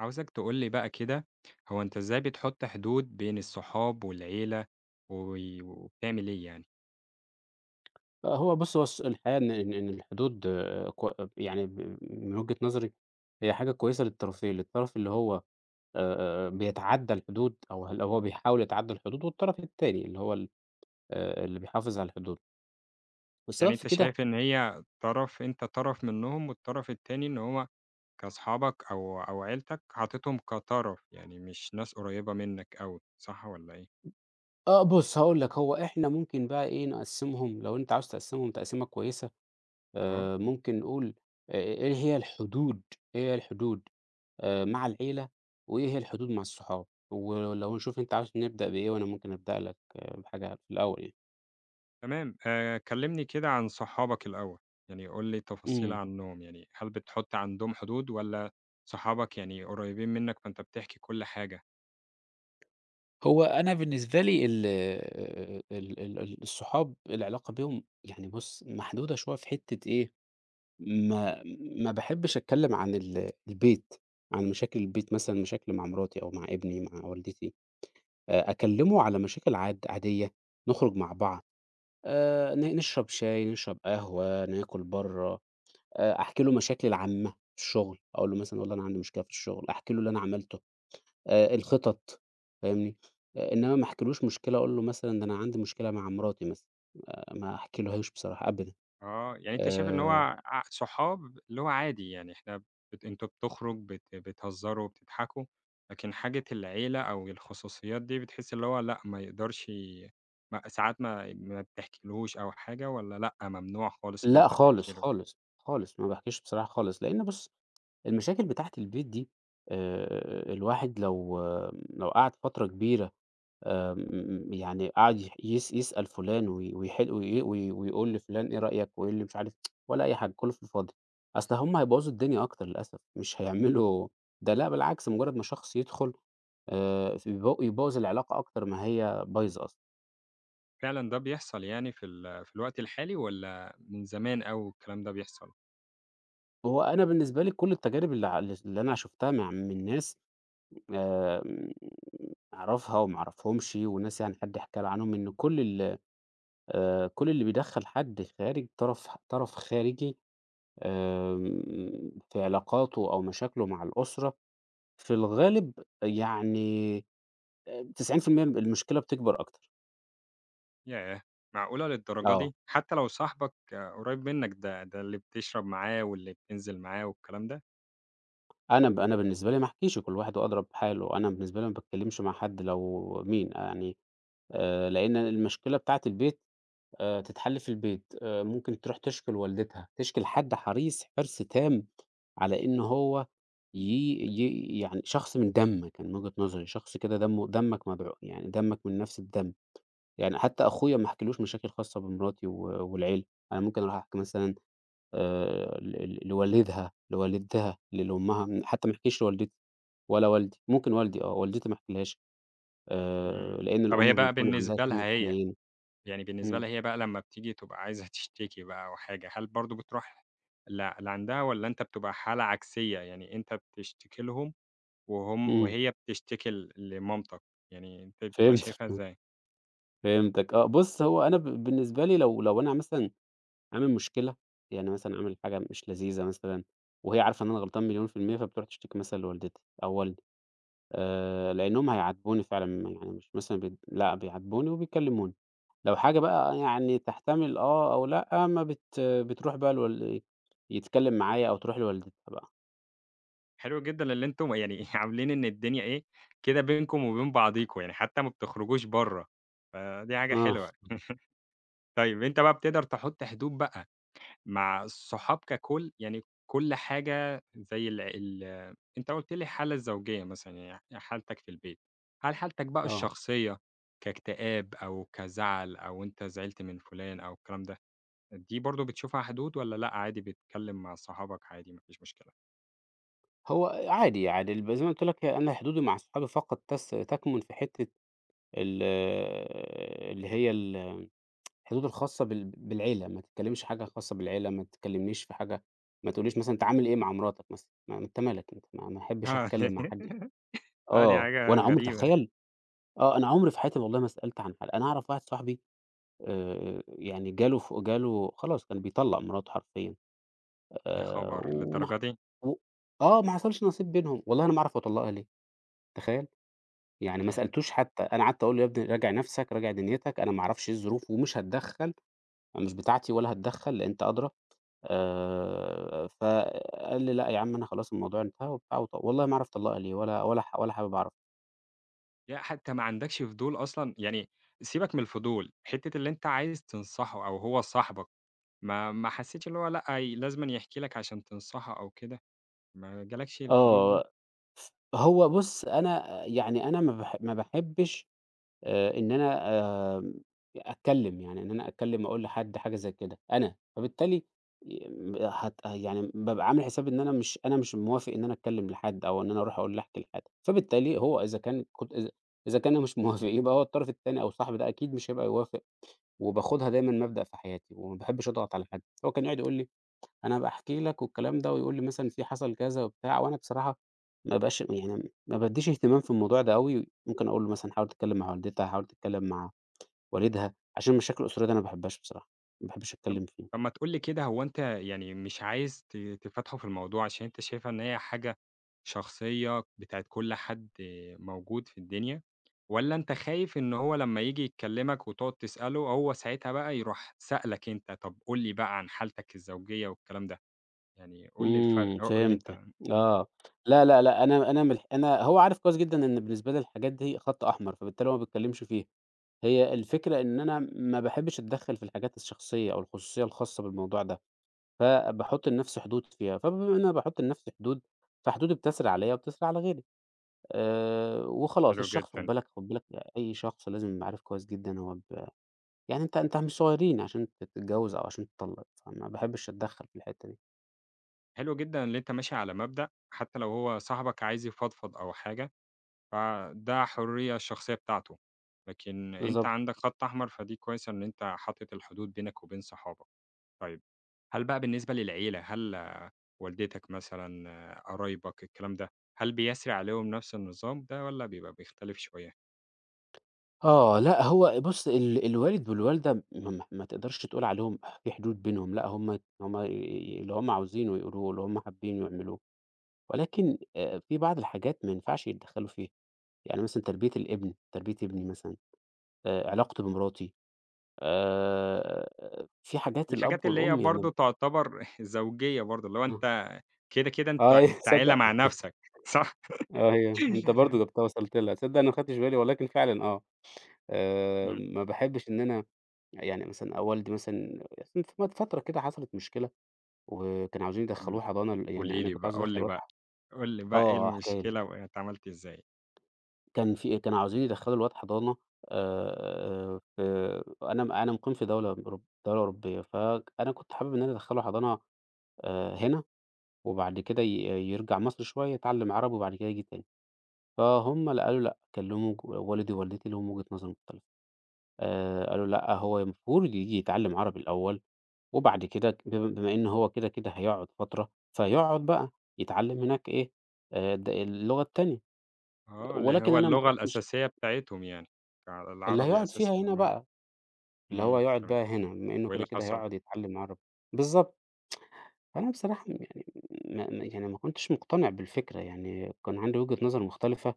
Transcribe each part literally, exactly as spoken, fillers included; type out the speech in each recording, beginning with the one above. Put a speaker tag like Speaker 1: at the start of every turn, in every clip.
Speaker 1: عاوزك تقول لي بقى كده، هو أنت إزاي بتحط حدود بين الصحاب والعيلة، و وبتعمل إيه يعني؟
Speaker 2: آه، هو بُص، هو الص الحقيقة إن إن إن الحدود، آآ، كو يعني ب من وجهة نظري هي حاجة كويسة للطرفين، للطرف اللي هو آآ، آآ، بيتعدى الحدود أو اللي هو بيحاول يتعدى الحدود، والطرف التاني اللي هو ال آآ، اللي بيحافظ على الحدود.
Speaker 1: يعني
Speaker 2: والسبب
Speaker 1: أنت
Speaker 2: في كده،
Speaker 1: شايف إن هي طرف أنت طرف منهم، والطرف التاني إن هو كأصحابك أو أو عيلتك حاططهم كطرف، يعني مش ناس قريبة منك أوي، صح والّا إيه؟
Speaker 2: آه، بُص، هاقول لك. هو إحنا ممكن بقى إيه نقسّمهم لو أنت عاوز تقسّمهم تقسيمة كويسة.
Speaker 1: آه،
Speaker 2: آآ، ممكن نقول، آآ، إيه هي الحدود، إيه هي الحدود؟ آآ مع العيلة، وإيه هي الحدود مع الصحاب، ولو نشوف أنت عاوز نبدأ بإيه وأنا ممكن أبدأ لك آه، بحاجة في الأول يعني.
Speaker 1: تمام، آآ كلمني كده عن صحابك الأول، يعني قُل لي تفاصيل
Speaker 2: إمم.
Speaker 1: عنهم، يعني هل بتحط عندهم حدود والّا صحابك يعني قريبين منك فأنت بتحكي كل حاجة؟
Speaker 2: هو أنا بالنسبة لي ال آآ ال ال ال الصحاب، العلاقة بيهم يعني بُص، محدودة شوية في حتّة إيه. ما ما باحبّش أتكلّم عن ال البيت، عن مشاكل البيت، مثلًا مشاكلي مع مراتي أو مع ابني، مع والدتي. آآ أكلّمه على مشاكل عاد عادية، نخرج مع بعض، آآ ن نشرب شاي، نشرب قهوة، ناكل برّه. آآ أحكي له مشاكلي العامة في الشغل، أقول له مثلًا والله أنا عندي مشكلة في الشغل، أحكي له اللي أنا عملته، آآ الخطط، فاهمني. آآ إنما ما أحكيلوش مشكلة أقول له مثلًا ده أنا عندي مشكلة مع مراتي مثلًا. آه، ما أحكيلهوش بصراحة أبدًا.
Speaker 1: آه، يعني أنت شايف إن هو
Speaker 2: آآ
Speaker 1: ع صحاب اللي هو عادي، يعني إحنا بت أنتم بتخرج، بت بتهزروا، بتضحكوا، لكن حاجة العيلة أو الخصوصيات دي بتحس اللي هو لأ، ما يقدرش ي- ما ساعات ما ما بتحكيلهوش أو حاجة، والّا لأ، ممنوع خالص اللي
Speaker 2: لأ
Speaker 1: أنت تحكي
Speaker 2: خالص،
Speaker 1: له؟
Speaker 2: خالص، خالص، ما باحكيش بصراحة خالص، لإن بُص، المشاكل بتاعة البيت دي، آآ الواحد لو، آه، لو قعد فترة كبيرة، آمم، يعني قعد يح يس يسأل فلان وي ويحل وي وي ويقول لفلان إيه رأيك وإيه اللي مش عارف، ولا أي حاجة، كلّه في الفاضي. أصل هُم هيبوّظوا الدنيا أكتر للأسف، مش هيعملوا ده، لأ بالعكس، مجرّد ما شخص يدخل آآ، ف يبو يبوّظ العلاقة أكتر ما هي بايظة أصلًا.
Speaker 1: فعلًا ده بيحصل يعني في ال في الوقت الحالي والّا من زمان أوي الكلام ده بيحصل؟
Speaker 2: هو أنا بالنسبة لي كل التجارب اللي ع اللي أنا شُفتها مع من ناس، آمم، أعرفها وما أعرفهمش وناس، يعني حد حكى لي عنهم، إن كل ال آآ، كل اللي بيدخّل حد خارج، طرف طرف خارجي، آمم، في علاقاته أو مشاكله مع الأسرة، في الغالب يعني آآ تسعين في المية المشكلة بتكبر أكتر.
Speaker 1: ياه! معقولة للدرجة
Speaker 2: آه،
Speaker 1: دي؟ حتى لو صاحبك آه، قريب منك، ده ده اللي بتشرب معاه واللي بتنزل معاه والكلام ده؟
Speaker 2: أنا ب أنا بالنسبة لي ما أحكيش كل واحد وأضرب حاله. أنا بالنسبة لي ما باتكلمش مع حد لو مين يعني. آآ، لأن المشكلة بتاعة البيت آآ، تتحل في البيت. آآ، ممكن تروح تشكي لوالدتها، تشكي لحد حريص، حرص تام على إن هو ي ي يعني شخص من دمك. أنا من وجهة نظري شخص كده دمه دمك مدعو، يعني دمك من نفس الدم. يعني حتى أخويا ما حكيلوش مشاكل خاصة بمراتي و والعيلة، أنا ممكن أروح أحكي مثلًا آآ ل ل لوالدها، لوالدتها، ل لأمها. حتى ما احكيش لوالدتي ولا والدي. ممكن والدي آه، والدتي ما احكيلهاش، آآ،
Speaker 1: إمم.
Speaker 2: لإن
Speaker 1: طب هي
Speaker 2: الأم
Speaker 1: بقى
Speaker 2: بيكون عندها
Speaker 1: بالنسبة لها
Speaker 2: سِنّة
Speaker 1: هي،
Speaker 2: حنيّنة.
Speaker 1: يعني بالنسبة
Speaker 2: إمم،
Speaker 1: لها هي بقى لمّا بتيجي تبقى عايزة تشتكي بقى أو حاجة، هل برضه بتروح ل لعندها والّا أنت بتبقى حالة عكسية، يعني أنت بتشتكي لهم وهم
Speaker 2: إمم،
Speaker 1: وهي بتشتكي ل لمامتك، يعني أنت بتبقى
Speaker 2: فهمتك،
Speaker 1: شايفها إزاي؟
Speaker 2: فهمتك، آه، بُص. هو أنا ب بالنسبة لي لو لو أنا مثلًا عامل مشكلة، يعني مثلًا عامل حاجة مش لذيذة مثلًا، وهي عارفة إن أنا غلطان مليون في المِيّة، فبتروح تشتكي مثلًا لوالدتي أو والدي. آآ لإنّهم هيعاتبوني فعلًا، يعني مش مثلًا بيت لأ، بيعاتبوني وبيكلموني. لو حاجة بقى يعني تحتمل، آه أو لأ، ما بت بتروح بقى لوال يتكلم معايا أو تروح لوالدتها بقى.
Speaker 1: حلو جدًا اللي أنتم يعني عاملين إن الدنيا إيه، كده بينكم وبين بعضيكم، يعني حتى ما بتخرجوش برّه، فدي حاجة
Speaker 2: آه،
Speaker 1: حلوة. طيب أنت بقى بتقدر تحط حدود بقى؟ مع الصحاب ككل، يعني كل حاجة زي ال ال أنت قُلت لي الحالة الزوجية مثلًا، يعني حالتك في البيت، هل حالتك بقى
Speaker 2: آه.
Speaker 1: الشخصية كاكتئاب أو كزعل، أو أنت زعلت من فلان أو الكلام ده، دي برضه بتشوفها حدود والّا لأ، عادي بتتكلم مع صحابك عادي، ما فيش مشكلة؟
Speaker 2: هو عادي، عادي، الب زي ما قُلت لك أنا حدودي مع صحابي فقط تس تكمن في حتّة ال اللي هي ال الحدود الخاصة بال بالعيلة. ما تتكلمش حاجة خاصة بالعيلة، ما تكلمنيش في حاجة، ما تقوليش مثلًا أنت عامل إيه مع مراتك مثلًا، ما أنت مالك أنت، ما ما احبش
Speaker 1: آه.
Speaker 2: أتكلم مع حد.
Speaker 1: آه، دي
Speaker 2: آه،
Speaker 1: حاجة
Speaker 2: وأنا عمري،
Speaker 1: غريبة.
Speaker 2: تخيّل! آه، أنا عمري في حياتي والله ما سألت. عن حل، أنا أعرف واحد صاحبي آآ، يعني جاله ف جاله خلاص كان بيطلّق مراته حرفيًا،
Speaker 1: يا
Speaker 2: آآ،
Speaker 1: خبر
Speaker 2: وما ح
Speaker 1: للدرجة دي!
Speaker 2: و آه، ما حصلش نصيب بينهم. والله أنا ما أعرف هو طلّقها ليه، تخيّل! يعني ما
Speaker 1: ياه!
Speaker 2: سألتوش حتى. أنا قعدت أقول له: "يا ابني راجع نَفْسك، راجع دنيتك، أنا ما أعرفش إيه الظروف ومش هاتدخّل، مش بتاعتي ولا هاتدخّل، لأ أنت أدرى." آآ، فقال لي: "لأ يا عم، أنا خلاص الموضوع انتهى وبتاع." وط والله ما أعرف طلّقها ليه، ولا ولا ح ولا حابب أعرف.
Speaker 1: لأ، حتى ما عندكش فضول أصلًا، يعني سيبك من الفضول، حتة اللي أنت عايز تنصحه أو هو صاحبك، ما ما حسيتش اللي هو لأ، ي لازمًا يحكي لك عشان تنصحه أو كده، ما جالكش الفضول دي؟
Speaker 2: آه. هو بُص، أنا يعني أنا ما باح ما باحبّش آآ إن أنا آمم أتكلّم، يعني إن أنا أتكلّم أقول لحد حاجة زي كده أنا، فبالتالي م هت يعني بابقى عامل حساب إن أنا مش أنا مش موافق إن أنا أتكلّم لحد أو إن أنا أروح أقول أحكي لحد. فبالتالي هو إذا كان كنت إذا إذا كان انا مش موافق، يبقى هو الطرف التاني أو صاحبي ده أكيد مش هيبقى يوافق. وباخدها دايمًا مبدأ في حياتي وما باحبّش أضغط على حد. هو كان يقعد يقول لي أنا باحكي لك والكلام ده، ويقول لي مثلًا في حصل كذا وبتاع، وأنا بصراحة ما بابقاش، يعني ما بادّيش اهتمام في الموضوع ده أوي. ممكن أقول له مثلًا حاول تتكلم مع والدتها، حاول تتكلم مع والدها. عشان المشاكل الأسرية دي أنا ما باحبهاش بصراحة، ما باحبش
Speaker 1: طب
Speaker 2: أتكلم فيها.
Speaker 1: طب ما تقول لي كده، هو أنت يعني مش عايز ت تفتحه في الموضوع عشان أنت شايفها إن هي حاجة شخصية بتاعة كل حد موجود في الدنيا، والّا أنت خايف إن هو لمّا ييجي يكلمك وتقعد تسأله، هو ساعتها بقى يروح سألك أنت، طب قُل لي بقى عن حالتك الزوجية والكلام ده، يعني قُل لي الفرق،
Speaker 2: إمم،
Speaker 1: قُل لي أنت.
Speaker 2: فهمت،
Speaker 1: إمم.
Speaker 2: آه. لا، لا، لأ، أنا أنا مل أنا هو عارف كويس جدًا إن بالنسبة لي الحاجات دي خط أحمر، فبالتالي هو ما بيتكلمش فيها. هي الفكرة إن أنا ما باحبش أتدخّل في الحاجات الشخصية أو الخصوصية الخاصة بالموضوع ده. فباحُط لنَفْسي حدود فيها، فبما إن أنا باحُط لنَفْسي حدود، فحدودي بتسري عليّا وبتسري على غيري. آآ وخلاص
Speaker 1: حلو
Speaker 2: الشخص،
Speaker 1: جدًا.
Speaker 2: خُد بالك خُد بالك، أي شخص لازم يبقى عارف كويس جدًا. هو ب يعني أنت أنت مش صغيرين عشان ت تتجوّز أو عشان تطلّق، فما باحبّش أتدخّل في الحتّة دي.
Speaker 1: حلو جدًا اللي أنت ماشي على مبدأ، حتى لو هو صاحبك عايز يفضفض أو حاجة، فده حرية الشخصية بتاعته، لكن أنت
Speaker 2: بالضبط.
Speaker 1: عندك خط أحمر، فدي كويسة إن أنت حاطط الحدود بينك وبين صحابك. طيب هل بقى بالنسبة للعيلة، هل آه، والدتك مثلًا، آه، قرايبك، الكلام ده، هل بيسري عليهم نفس النظام ده والّا بيبقى بيختلف شوية؟
Speaker 2: آه، لأ، هو بُص، ال الوالد والوالدة ما ما ما تقدرش تقول عليهم في حدود بينهم. لأ، هم هم ي اللي هم عاوزينه يقولوه، اللي هم حابّين يعملوه. ولكن آآ في بعض الحاجات ما ينفعش يتدخّلوا فيها، يعني مثلًا تربية الابن، تربية ابني مثلًا، آآ علاقته بمراتي، آآ في حاجات الأب
Speaker 1: الحاجات اللي هي
Speaker 2: والأم يعني.
Speaker 1: برضه تعتبر زوجية برضه، اللي هو
Speaker 2: آه.
Speaker 1: أنت كده، كده، أنت
Speaker 2: آه، أيوه،
Speaker 1: أنت عيلة
Speaker 2: تصدّق.
Speaker 1: مع نفسك، صح؟
Speaker 2: آه، أيوه، أنت برضه جبتها وصلت لها، تصدّق أنا ما خدتش بالي ولكن فعلًا، آه. آآ
Speaker 1: إمم،
Speaker 2: ما باحبش إن أنا، يعني مثلًا والدي مثلًا مثلاً في مت- فترة كده حصلت مشكلة وكانوا عاوزين يدخّلوه
Speaker 1: إمم.
Speaker 2: حضانة، ل يعني
Speaker 1: قولي
Speaker 2: أنا
Speaker 1: لي
Speaker 2: كنت
Speaker 1: بقى،
Speaker 2: عاوز أدخّل
Speaker 1: قُل لي
Speaker 2: الواد
Speaker 1: بقى،
Speaker 2: ح
Speaker 1: قُل لي بقى إيه
Speaker 2: آه، حكاية.
Speaker 1: المشكلة وأنت عملت إزاي؟
Speaker 2: كان في إيه، كانوا عاوزين يدخّلوا الواد حضانة، آآ، في أنا م أنا مُقيم في دولة أوروب دولة أوروبية. فأنا كنت حابب إن أنا أدخّله حضانة، آآ، هنا، وبعد كده ي يرجع مصر شوية يتعلّم عربي وبعد كده ييجي تاني. فهُم اللي قالوا لأ، كلّموا ج والدي ووالدتي، ليهم وجهة نظر مختلفة. آآ، قالوا لأ، هو المفروض ييجي يتعلّم عربي الأول، وبعد كده ك بم بما إن هو كده، كده هيقعد فترة، فيقعد بقى يتعلّم هناك إيه، آآ، د اللغة التانية.
Speaker 1: آه، اللي
Speaker 2: ولكن
Speaker 1: هو
Speaker 2: أنا ما
Speaker 1: اللغة
Speaker 2: كنتش
Speaker 1: الأساسية بتاعتهم يعني، ع
Speaker 2: اللي
Speaker 1: العربي
Speaker 2: هيقعد فيها
Speaker 1: أساسي
Speaker 2: هنا
Speaker 1: المن
Speaker 2: بقى. اللي هو
Speaker 1: إمم،
Speaker 2: يقعد
Speaker 1: تمام،
Speaker 2: بقى هنا، بما إنه
Speaker 1: وإيه
Speaker 2: كده،
Speaker 1: اللي
Speaker 2: كده
Speaker 1: حصل؟
Speaker 2: هيقعد يتعلّم عربي. بالضبط. أنا بصراحة م يعني ما ما يعني ما كنتش مقتنع بالفكرة. يعني كان عندي وجهة نظر مختلفة،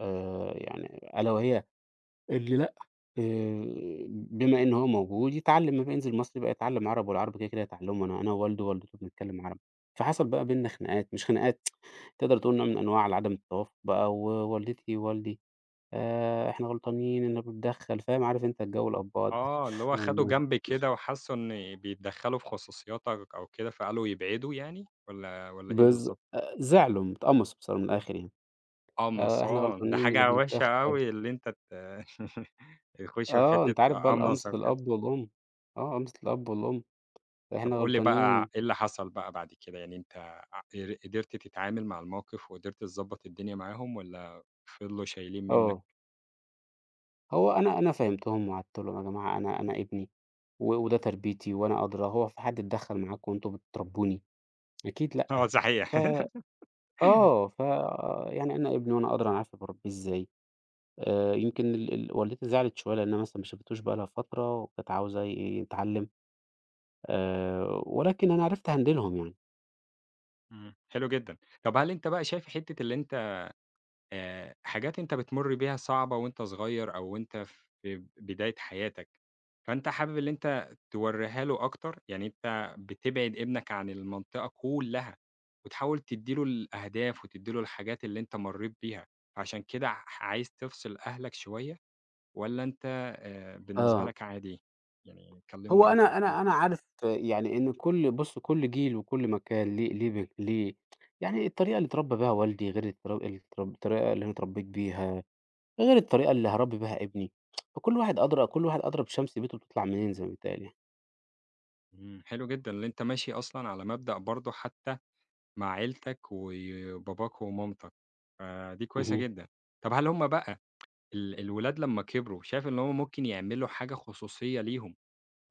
Speaker 2: آآ يعني ألا وهي اللي لأ، آآ بما إن هو موجود يتعلّم، لمّا ينزل مصر يبقى يتعلّم عربي، والعربي كده، كده هيتعلّمه، أنا أنا ووالده ووالدته بنتكلّم عربي. فحصل بقى بيننا خناقات، مش خناقات، تقدر تقول نوع من أنواع عدم التوافق بقى. ووالدتي ووالدي آآ إحنا غلطانين إنّنا بنتدخّل، فاهم، عارف أنت الجو الأبّات
Speaker 1: آه، اللي هو خدوا
Speaker 2: ده.
Speaker 1: جنب كده وحسّوا إن بيتدخّلوا في خصوصياتك أو كده، فقالوا يبعدوا يعني، والّا والّا إيه
Speaker 2: بالض
Speaker 1: بالضبط؟
Speaker 2: أ زعلوا، اتقمصوا بصرا من الآخر يعني. آآ إحنا
Speaker 1: قمصان، ده
Speaker 2: غلطانين اللي
Speaker 1: حاجة وِحشة
Speaker 2: بنتدخّل.
Speaker 1: أوي اللي أنت ت يخشوا في
Speaker 2: آه،
Speaker 1: حتّة
Speaker 2: أنت عارف بقى
Speaker 1: قمص
Speaker 2: القمصة
Speaker 1: وكده.
Speaker 2: الأب والأم، آه، قمصة الأب والأم، إحنا
Speaker 1: طب قُل لي
Speaker 2: غلطانين.
Speaker 1: بقى إيه اللي حصل بقى بعد كده، يعني أنت ع قر قدرت تتعامل مع الموقف وقدرت تضبّط الدنيا معاهم، والّا فضلوا شايلين منّك؟
Speaker 2: آه، هو أنا أنا فهمتهم وقعدت لهم: يا جماعة أنا أنا ابني، و وده تربيتي، وأنا أدرى، هو في حد اتدخّل معاكم وأنتم بتربّوني؟ أكيد
Speaker 1: آه،
Speaker 2: لأ.
Speaker 1: صحيح.
Speaker 2: ف آه، ف يعني أنا ابني وأنا أدرى، أنا عارف باربيه إزاي. آآ يمكن ال ال والدتي زعلت شوية لإنها مثلًا ما شافتوش بقى لها فترة، وكانت عاوزة ي يتعلّم، آآ، ولكن أنا عرفت أهندلهم يعني.
Speaker 1: إمم. حلو جدًا. طب هل أنت بقى شايف حتّة اللي أنت آآ، حاجات أنت بتمُر بيها صعبة وأنت صغير أو وأنت في بداية حياتك، فأنت حابب اللي أنت تورّيها له أكتر، يعني أنت بتبعد ابنك عن المنطقة كلّها، وتحاول تدّي له الأهداف وتدّي له الحاجات اللي أنت مرّيت بيها، فعشان كده ح عايز تفصل أهلك شوية، والّا أنت آآ، بالنسبة
Speaker 2: آه،
Speaker 1: لك عادي؟ يعني
Speaker 2: هو
Speaker 1: كلّمني أكتر.
Speaker 2: أنا أنا أنا عارف، يعني إن كل بُص، كل جيل وكل مكان ليه ليه ب ليه، يعني الطريقة اللي اتربى بيها والدي غير الطر التر الطريقة اللي أنا اتربيت بيها، غير الطريقة اللي هاربي بيها ابني. فكل واحد أدرى، كل واحد أدرى بشمس بيته بتطلع منين، زي ما بيتقال يعني.
Speaker 1: إمم. حلو جدًا اللي أنت ماشي أصلًا على مبدأ برضه، حتى مع عيلتك وباباك ومامتك، فدي كويسة
Speaker 2: اهم.
Speaker 1: جدًا. طب هل هم بقى ال الولاد لمّا كبروا شايف إن هم ممكن يعملوا حاجة خصوصية ليهم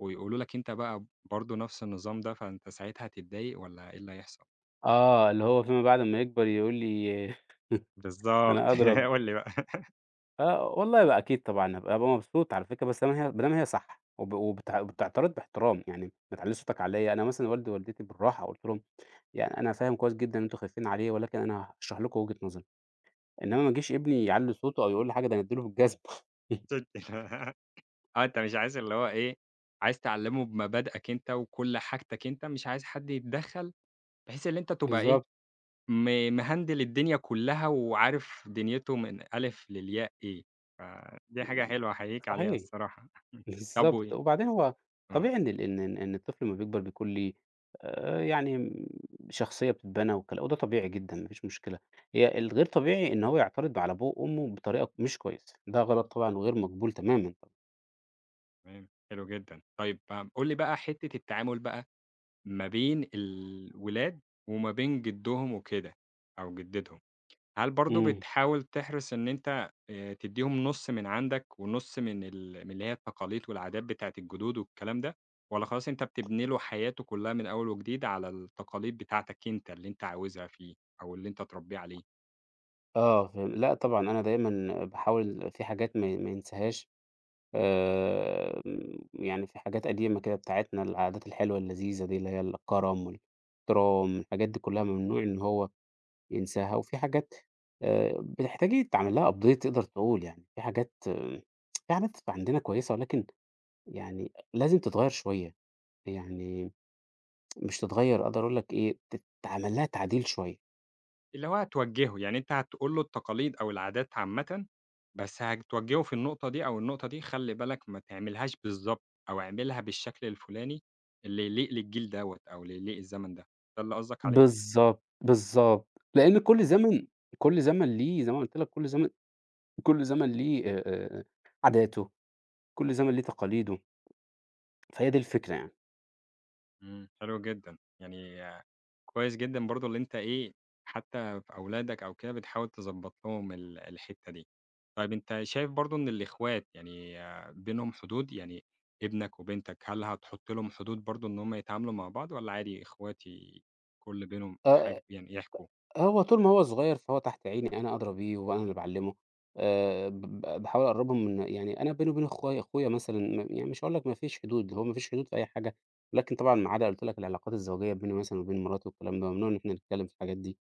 Speaker 1: ويقولوا لك أنت بقى برضه نفس النظام ده، فأنت ساعتها هتتضايق والّا إيه اللي هيحصل؟
Speaker 2: آه، اللي هو فيما بعد أمّا يكبر يقول لي
Speaker 1: بالضبط.
Speaker 2: أنا أدرى.
Speaker 1: قُل لي بقى.
Speaker 2: آه، والله بقى أكيد طبعًا، هابقى بابقى مبسوط على فكرة. بس ما هي ما دام هي صح وب وبت وبتعترض باحترام، يعني ما تعلّيش صوتك عليّا. أنا مثلًا والدي ووالدتي بالراحة قُلت لهم: "يعني أنا فاهم كويس جدًا إن أنتم خايفين عليه، ولكن أنا هاشرح لكم وجهة نظري." إنما ما أجيش ابني يعلّي صوته أو يقول لي حاجة، ده أنا أدّي له بالجزم.
Speaker 1: صِدق. آه، أنت مش عايز اللي هو إيه، عايز تعلّمه بمبادئك أنت وكل حاجتك أنت، مش عايز حد يتدخّل، بحيث إن أنت تبقى إيه،
Speaker 2: بالضبط،
Speaker 1: م مهندل الدنيا كلّها وعارف دنيته من ألف للياء إيه، فدي حاجة حلوة أحييك عليها
Speaker 2: صحيح.
Speaker 1: الصراحة. طب، و
Speaker 2: بالضبط، وبعدين هو
Speaker 1: آه،
Speaker 2: طبيعي إن ال إن إن إن الطفل لمّا بيكبر بيكون ليه آآ، يعني م شخصية بتتبنى والكلا وده طبيعي جدًا، ما فيش مشكلة. هي الغير طبيعي إن هو يعترض على أبوه وأمه بطريقة مش كويسة، ده غلط طبعًا وغير مقبول تمامًا.
Speaker 1: تمام، حلو جدًا. طيب م قُل لي بقى حتّة التعامل بقى ما بين الولاد وما بين جدّهم وكده، أو جدتهم. هل برضه
Speaker 2: إمم.
Speaker 1: بتحاول تحرص إن أنت آآ تدّيهم نُص من عندك ونُص من ال من اللي هي التقاليد والعادات بتاعة الجدود والكلام ده، والّا خلاص أنت بتبني له حياته كلّها من أول وجديد على التقاليد بتاعتك أنت اللي أنت عاوزها فيه أو اللي أنت تربيه عليه؟
Speaker 2: آه، ف لأ طبعًا، أنا دايمًا باحاول في حاجات ما ما ينساهاش. آآ، يعني في حاجات قديمة كده بتاعتنا، العادات الحلوة اللذيذة دي اللي هي الكرم والاحترام، الحاجات دي كلها ممنوع إن هو ينساها. وفي حاجات آآ بتحتاجي تعمل لها update، تقدر تقول يعني. في حاجات، آه، في حاجات عندنا كويسة ولكن يعني لازم تتغيّر شوية. يعني مش تتغيّر، أقدر أقول لك إيه، تتعمل لها تعديل شوية.
Speaker 1: اللي هو هتوجّهه، يعني أنت هتقول له التقاليد أو العادات عامةً، بس هتوجّهه في النقطة دي أو النقطة دي، خلّي بالك ما تعملهاش بالضبط أو اعملها بالشكل الفلاني اللي يليق للجيل دوّة أو اللي يليق الزمن ده، ده اللي قصدك عليه؟
Speaker 2: بالضبط، بالضبط. لإن كل زمن، كل زمن ليه، زي ما قُلت لك، كل زمن كل زمن ليه آآ عاداته، كل زمن ليه تقاليده، فهي دي الفكرة يعني.
Speaker 1: إمم، حلو جدًا، يعني آه، كويس جدًا برضه اللي أنت إيه، حتى في أولادك أو كده بتحاول تضبّط لهم ال الحتّة دي. طيب أنت شايف برضه إن الإخوات يعني آه، بينهم حدود؟ يعني ابنك وبنتك هل هتحُط لهم حدود برضه إن هم يتعاملوا مع بعض والّا عادي إخواتي كل بينهم
Speaker 2: آآ
Speaker 1: حاجة يعني يحكوا؟
Speaker 2: هو طول ما هو صغير فهو تحت عيني، أنا أدرى بيه وأنا اللي باعلّمه. آآ ب ب باحاول أقرّبهم من، يعني أنا بيني وبين أخويا أخويا مثلًا م يعني مش هاقول لك ما فيش حدود، هو ما فيش حدود في أي حاجة. ولكن طبعًا ما عدا قُلت لك، العلاقات الزوجية بيني مثلًا وبين مراتي والكلام ده، ممنوع إن إحنا نتكلّم في الحاجات دي.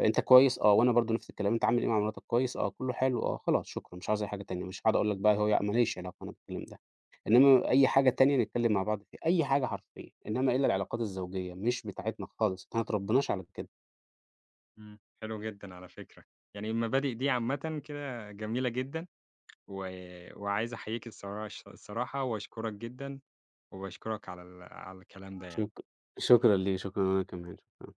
Speaker 2: آه، أنت كويس؟ آه، وأنا برضه نفس الكلام. أنت عامل إيه مع مراتك؟ كويس، آه. كُلّه حلو، آه. خلاص شكرًا، مش عاوز أي حاجة تانية، مش هاقعد أقول لك بقى هو ما ليش علاقة أنا بالكلام ده. إنّما أي حاجة تانية نتكلّم مع بعض فيها، أي حاجة حرفيًا، إنّما إلّا العلاقات الزوجية مش بتاعتنا خالص، إحنا ما اتربّيناش على كده.
Speaker 1: إمم، حلو جدًا على فكرة، يعني المبادئ دي عامةً كده جميلة جدًا، و وعايز أحييك الصراش الصراحة وأشكرك جدًا وباشكرك على ال على الكلام ده يعني.
Speaker 2: شك شكرًا لي، شكرًا أنا كمان، شكرًا.